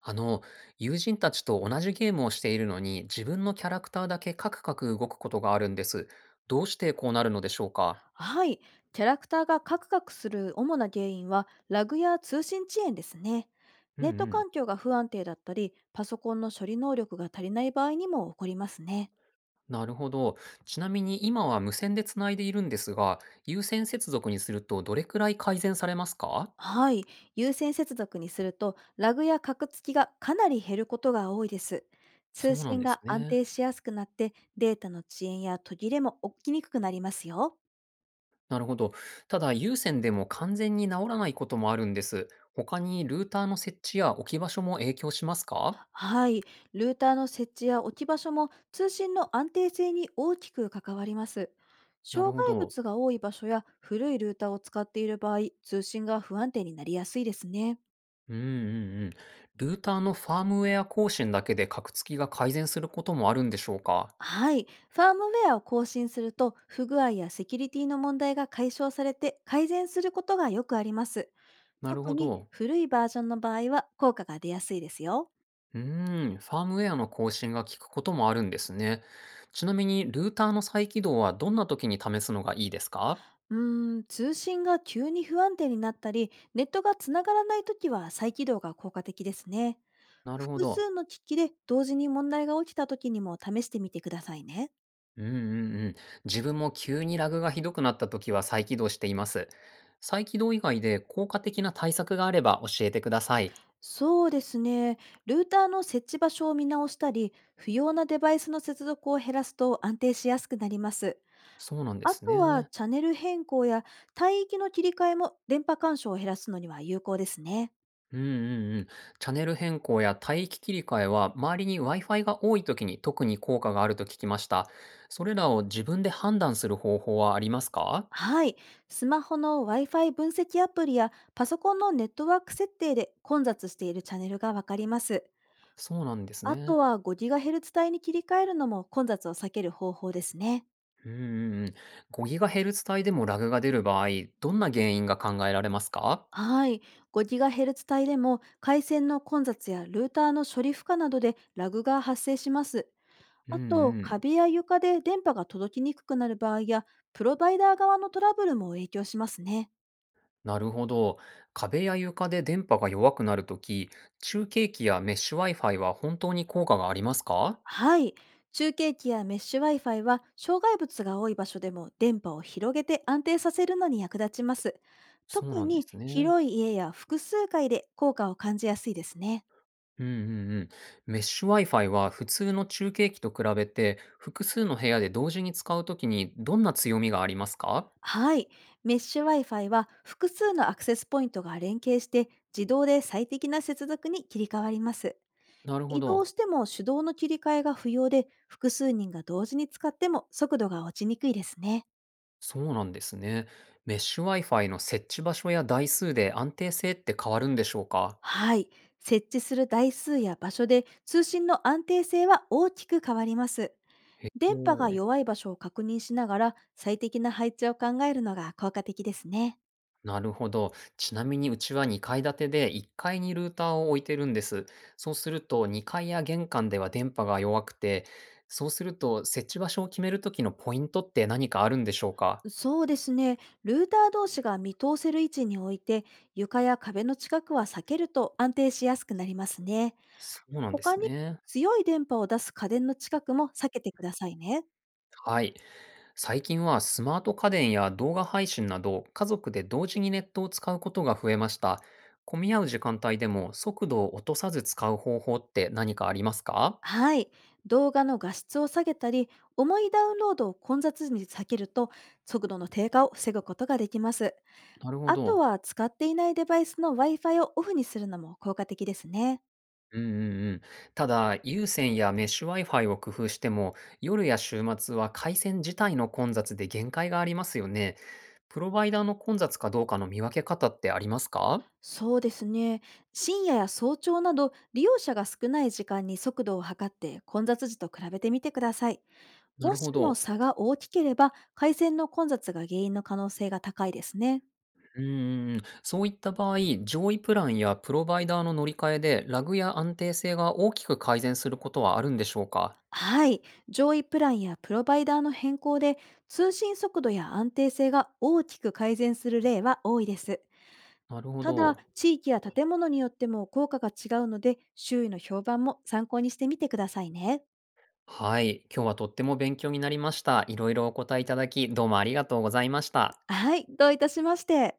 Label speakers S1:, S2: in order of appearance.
S1: あの、友人たちと同じゲームをしているのに、自分のキャラクターだけカクカク動くことがあるんです。どうしてこうなるのでしょうか？
S2: はい、キャラクターがカクカクする主な原因はラグや通信遅延ですね。
S1: うん
S2: ネッ
S1: う
S2: ト
S1: ん。
S2: 環境が不安定だったり、パソコンの処理能力が足りない場合にも起こりますね。
S1: なるほど。ちなみに今は無線でつないでいるんですが、有線接続にするとどれくらい改善されますか？
S2: はい、優先接続にするとラグやカクつきがかなり減ることが多いです。
S1: そ
S2: 通
S1: うなん
S2: 信
S1: です
S2: が安
S1: ね。
S2: 定しやすくなってデータの遅延や途切れも起きにくくなりますよ。
S1: なるほど。ただ、有線でも完全に治らないこともあるんです。他にルーターの設置や置き場所も影響しますか？
S2: はい、ルーターの設置や置き場所も通信の安定性に大きく関わります。
S1: なる
S2: 障
S1: ほ
S2: 害
S1: ど。
S2: 物が多い場所や古いルーターを使っている場合、通信が不安定になりやすいですね。
S1: うんうんうん。ルーターのファームウェア更新だけで、カクつきが改善することもあるんでしょうか？
S2: はい、ファームウェアを更新すると不具合やセキュリティの問題が解消されて改善することがよくあります。
S1: なる
S2: 特
S1: ほ
S2: に
S1: ど。
S2: 古いバージョンの場合は効果が出やすいですよ。
S1: うーん、ファームウェアの更新が効くこともあるんですね。ちなみにルーターの再起動はどんな時に試すのがいいですか？
S2: うーん、通信が急に不安定になったり、ネットがつながらないときは再起動が効果的ですね。
S1: なるほ
S2: 複数
S1: ど。
S2: の機器で同時に問題が起きたときにも試してみてくださいね。
S1: うんうんうん。自分も急にラグがひどくなった時は再起動しています。再起動以外で効果的な対策があれば教えてください。
S2: そうですね。ルーターの設置場所を見直したり、不要なデバイスの接続を減らすと安定しやすくなります。
S1: そうなんで
S2: あ
S1: す
S2: とは、
S1: ね。
S2: チャンネル変更や帯域の切り替えも電波干渉を減らすのには有効ですね。
S1: うんうんうん。チャンネル変更や帯域切り替えは、周りに Wi-Fi が多い時に特に効果があると聞きました。それらを自分で判断する方法はありますか？
S2: はい。スマホの Wi-Fi 分析アプリやパソコンのネットワーク設定で混雑しているチャンネルがわかります。
S1: そうなんです
S2: あと
S1: ね。
S2: は 5GHz 帯に切り替えるのも混雑を避ける方法ですね。
S1: うんうんうん。5GHz 帯でもラグが出る場合、どんな原因が考えられますか？
S2: はい。5GHz 帯でも回線の混雑やルーターの処理負荷などでラグが発生します。
S1: うん
S2: あと、
S1: うん。
S2: 壁や床で電波が届きにくくなる場合や、プロバイダー側のトラブルも影響しますね。
S1: なるほど。壁や床で電波が弱くなるとき、中継機やメッシュ Wi-Fi は本当に効果がありますか？
S2: はい。中継機やメッシュ Wi-Fi は障害物が多い場所でも電波を広げて安定させるのに役立ちます。
S1: そう
S2: 特
S1: なんで
S2: に
S1: すね。
S2: 広い家や複数階で効果を感じやすいですね。
S1: うんうんうん。メッシュ Wi-Fi は普通の中継機と比べて、複数の部屋で同時に使うときにどんな強みがありますか？
S2: はい。メッシュ Wi-Fi は複数のアクセスポイントが連携して自動で最適な接続に切り替わります。
S1: なるほ
S2: 移動
S1: ど。
S2: しても手動の切り替えが不要で複数人が同時に使っても速度が落ちにくいですね。
S1: そうなんですね。メッシュ Wi-Fi の設置場所や台数で安定性って変わるんでしょうか？
S2: はい。設置する台数や場所で通信の安定性は大きく変わります。
S1: へえ。
S2: 電波が弱い場所を確認しながら最適な配置を考えるのが効果的ですね。
S1: なるほど。ちなみにうちは2階建てで1階にルーターを置いてるんです。そうすると2階や玄関では電波が弱くて、そうすると設置場所を決めるときのポイントって何かあるんでしょうか？
S2: そうですね。ルーター同士が見通せる位置に置いて床や壁の近くは避けると安定しやすくなりますね。
S1: そうなんで
S2: 他
S1: す
S2: に
S1: ね。
S2: 強い電波を出す家電の近くも避けてくださいね。
S1: はい。最近はスマート家電や動画配信など、家族で同時にネットを使うことが増えました。混み合う時間帯でも速度を落とさず使う方法って何かありますか？
S2: はい。動画の画質を下げたり、重いダウンロードを混雑時に避けると、速度の低下を防ぐことができます。
S1: なるほ
S2: あと
S1: ど。
S2: は、使っていないデバイスの Wi-Fi をオフにするのも効果的ですね。
S1: うんうんうん。ただ、有線やメッシュ Wi-Fi を工夫しても、夜や週末は回線自体の混雑で限界がありますよね。プロバイダーの混雑かどうかの見分け方ってありますか？
S2: そうですね。深夜や早朝など、利用者が少ない時間に速度を測って混雑時と比べてみてください。
S1: な
S2: も
S1: る
S2: し
S1: ほ
S2: も
S1: ど。
S2: 差が大きければ、回線の混雑が原因の可能性が高いですね。
S1: うんん。そういった場合、上位プランやプロバイダーの乗り換えで、ラグや安定性が大きく改善することはあるんでしょうか？
S2: はい、上位プランやプロバイダーの変更で通信速度や安定性が大きく改善する例は多いです。
S1: なるほ
S2: ただ、
S1: ど。
S2: 地域や建物によっても効果が違うので、周囲の評判も参考にしてみてくださいね。
S1: はい。今日はとっても勉強になりました。いろいろお答えいただき、どうもありがとうございました。
S2: はい、どういたしまして。